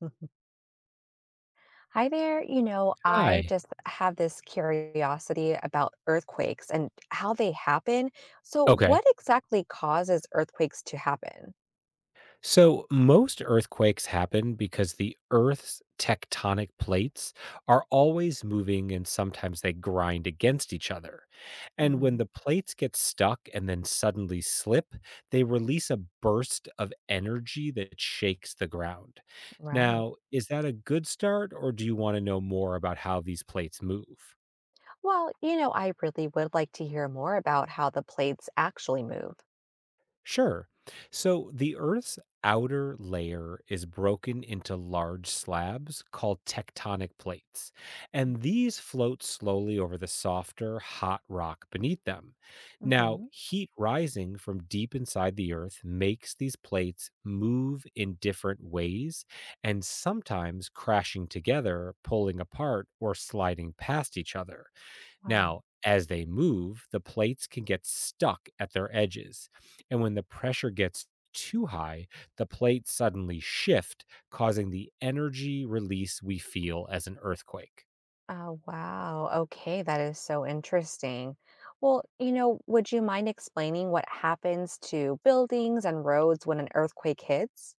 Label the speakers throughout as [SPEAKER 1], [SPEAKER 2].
[SPEAKER 1] Hi there. I
[SPEAKER 2] Hi.
[SPEAKER 1] just have this curiosity about earthquakes and how they happen. So, what
[SPEAKER 2] Okay.
[SPEAKER 1] exactly causes earthquakes to happen?
[SPEAKER 2] So most earthquakes happen because the Earth's tectonic plates are always moving and sometimes they grind against each other. And when
[SPEAKER 1] Mhm.
[SPEAKER 2] the plates get stuck and then suddenly slip, they release a burst of energy that shakes the ground.
[SPEAKER 1] Right.
[SPEAKER 2] Now, is that a good start or do you want to know more about how these plates move?
[SPEAKER 1] Well, I really would like to hear more about how the plates actually move.
[SPEAKER 2] Sure. So the Earth's outer layer is broken into large slabs called tectonic plates, and these float slowly over the softer, hot rock beneath them. Now,
[SPEAKER 1] Mm-hmm.
[SPEAKER 2] heat rising from deep inside the Earth makes these plates move in different ways and sometimes crashing together, pulling apart, or sliding past each other.
[SPEAKER 1] Wow.
[SPEAKER 2] Now, as they move, the plates can get stuck at their edges. And when the pressure gets too high, the plates suddenly shift, causing the energy release we feel as an earthquake.
[SPEAKER 1] Oh, wow. Okay, that is so interesting. Well, would you mind explaining what happens to buildings and roads when an earthquake hits?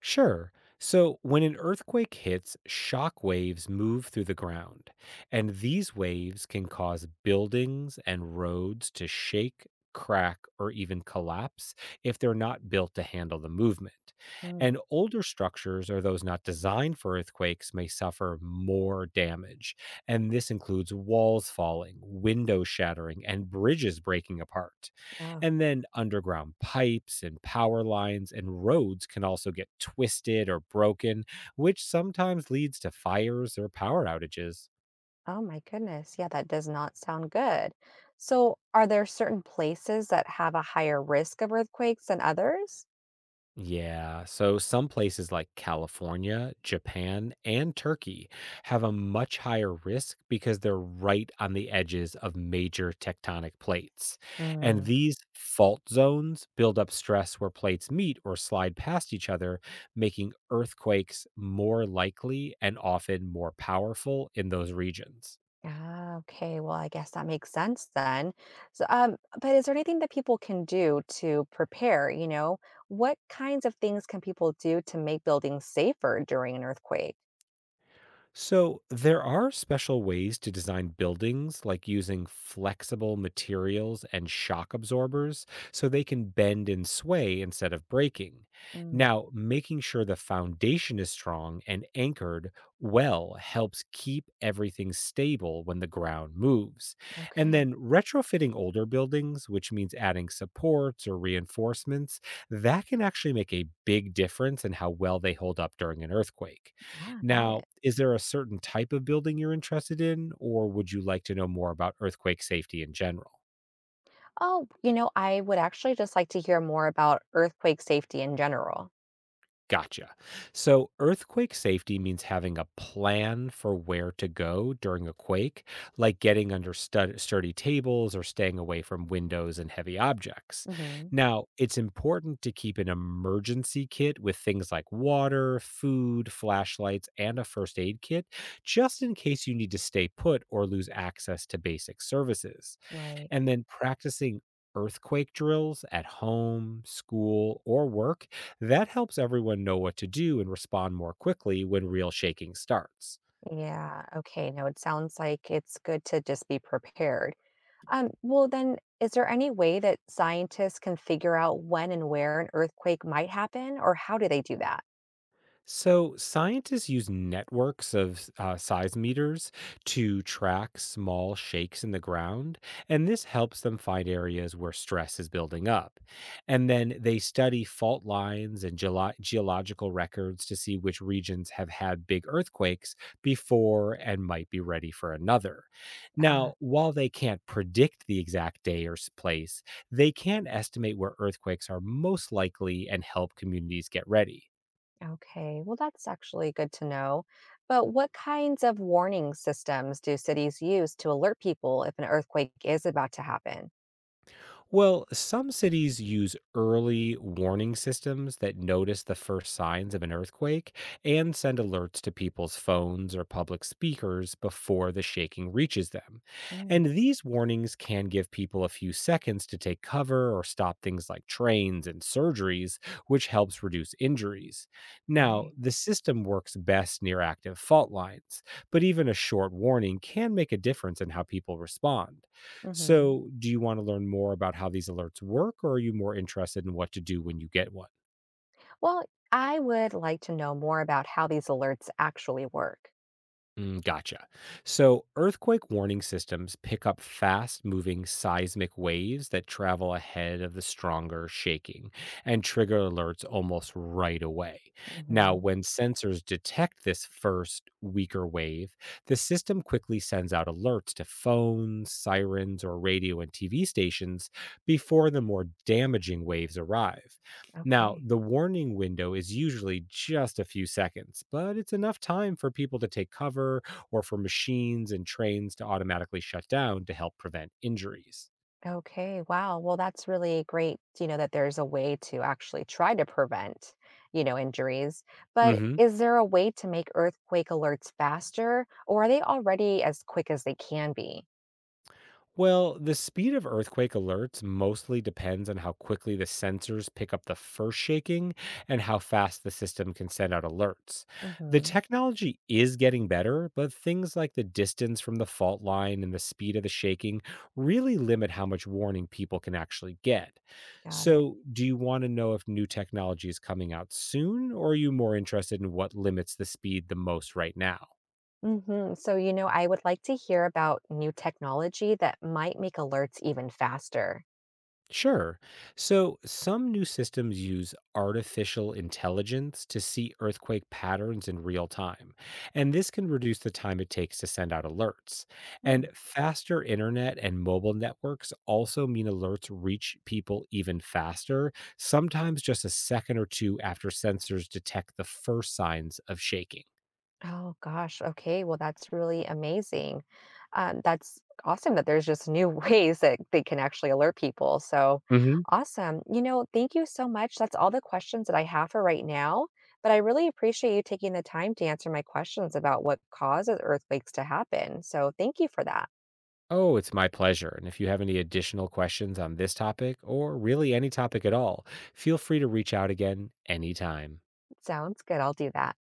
[SPEAKER 2] Sure. So, when an earthquake hits, shock waves move through the ground, and these waves can cause buildings and roads to shake, crack, or even collapse if they're not built to handle the movement.
[SPEAKER 1] Mm.
[SPEAKER 2] And older structures or those not designed for earthquakes may suffer more damage. And this includes walls falling, windows shattering, and bridges breaking apart.
[SPEAKER 1] Oh.
[SPEAKER 2] And then underground pipes and power lines and roads can also get twisted or broken, which sometimes leads to fires or power outages.
[SPEAKER 1] Oh my goodness. Yeah, that does not sound good. So, are there certain places that have a higher risk of earthquakes than others?
[SPEAKER 2] Yeah. So some places like California, Japan, and Turkey have a much higher risk because they're right on the edges of major tectonic plates. And
[SPEAKER 1] Mm.
[SPEAKER 2] these fault zones build up stress where plates meet or slide past each other, making earthquakes more likely and often more powerful in those regions.
[SPEAKER 1] Ah, okay. Well, I guess that makes sense then. So, but is there anything that people can do to prepare? What kinds of things can people do to make buildings safer during an earthquake?
[SPEAKER 2] So, there are special ways to design buildings, like using flexible materials and shock absorbers so they can bend and sway instead of breaking.
[SPEAKER 1] Mm.
[SPEAKER 2] Now, making sure the foundation is strong and anchored well helps keep everything stable when the ground moves. And
[SPEAKER 1] Okay.
[SPEAKER 2] then, retrofitting older buildings, which means adding supports or reinforcements, that can actually make a big difference in how well they hold up during an earthquake.
[SPEAKER 1] Ah, got it.
[SPEAKER 2] Now, is there a certain type of building you're interested in, or would you like to know more about earthquake safety in general?
[SPEAKER 1] Oh, I would actually just like to hear more about earthquake safety in general.
[SPEAKER 2] Gotcha. So, earthquake safety means having a plan for where to go during a quake, like getting under sturdy tables or staying away from windows and heavy objects.
[SPEAKER 1] Hmm.
[SPEAKER 2] Now, it's important to keep an emergency kit with things like water, food, flashlights, and a first aid kit, just in case you need to stay put or lose access to basic services.
[SPEAKER 1] Right.
[SPEAKER 2] And then practicing earthquake drills at home, school, or work, that helps everyone know what to do and respond more quickly when real shaking starts.
[SPEAKER 1] Yeah. Okay. No, it sounds like it's good to just be prepared. Well, then, is there any way that scientists can figure out when and where an earthquake might happen, or how do they do that?
[SPEAKER 2] So, scientists use networks of seismometers to track small shakes in the ground, and this helps them find areas where stress is building up. And then they study fault lines and geological records to see which regions have had big earthquakes before and might be ready for another.
[SPEAKER 1] Ah,
[SPEAKER 2] Now, while they can't predict the exact day or place, they can estimate where earthquakes are most likely and help communities get ready.
[SPEAKER 1] okay. Well, that's actually good to know. But what kinds of warning systems do cities use to alert people if an earthquake is about to happen?
[SPEAKER 2] Well, some cities use early warning systems that notice the first signs of an earthquake and send alerts to people's phones or public speakers before the shaking reaches them.
[SPEAKER 1] Mm,
[SPEAKER 2] And these warnings can give people a few seconds to take cover or stop things like trains and surgeries, which helps reduce injuries. Now,
[SPEAKER 1] right.
[SPEAKER 2] the system works best near active fault lines, but even a short warning can make a difference in how people respond.
[SPEAKER 1] Hmm.
[SPEAKER 2] So, do you want to learn more about how these alerts work, or are you more interested in what to do when you get one?
[SPEAKER 1] Well, I would like to know more about how these alerts actually work.
[SPEAKER 2] Gotcha. So, earthquake warning systems pick up fast moving seismic waves that travel ahead of the stronger shaking and trigger alerts almost right away. Now,
[SPEAKER 1] Hmm.
[SPEAKER 2] when sensors detect this first weaker wave, the system quickly sends out alerts to phones, sirens, or radio and TV stations before the more damaging waves arrive. Now,
[SPEAKER 1] Okay.
[SPEAKER 2] the warning window is usually just a few seconds, but it's enough time for people to take cover or for machines and trains to automatically shut down to help prevent injuries.
[SPEAKER 1] Okay, wow. Well, that's really great, that there's a way to actually try to prevent, injuries. But
[SPEAKER 2] hmm.
[SPEAKER 1] is there a way to make earthquake alerts faster, or are they already as quick as they can be?
[SPEAKER 2] Well, the speed of earthquake alerts mostly depends on how quickly the sensors pick up the first shaking and how fast the system can send out alerts. The
[SPEAKER 1] Hmm.
[SPEAKER 2] technology is getting better, but things like the distance from the fault line and the speed of the shaking really limit how much warning people can actually get.
[SPEAKER 1] Got it.
[SPEAKER 2] So, do you want to know if new technology is coming out soon, or are you more interested in what limits the speed the most right now?
[SPEAKER 1] Hmm. So, I would like to hear about new technology that might make alerts even faster.
[SPEAKER 2] Sure. So, some new systems use artificial intelligence to see earthquake patterns in real time. And this can reduce the time it takes to send out alerts. And faster internet and mobile networks also mean alerts reach people even faster, sometimes just a second or two after sensors detect the first signs of shaking.
[SPEAKER 1] Oh gosh. Okay. Well, that's really amazing. That's awesome that there's just new ways that they can actually alert people. So awesome. Thank you so much. That's all the questions that I have for right now. But I really appreciate you taking the time to answer my questions about what causes earthquakes to happen. So thank you for that.
[SPEAKER 2] Oh, it's my pleasure. And if you have any additional questions on this topic or really any topic at all, feel free to reach out again anytime.
[SPEAKER 1] Sounds good. I'll do that.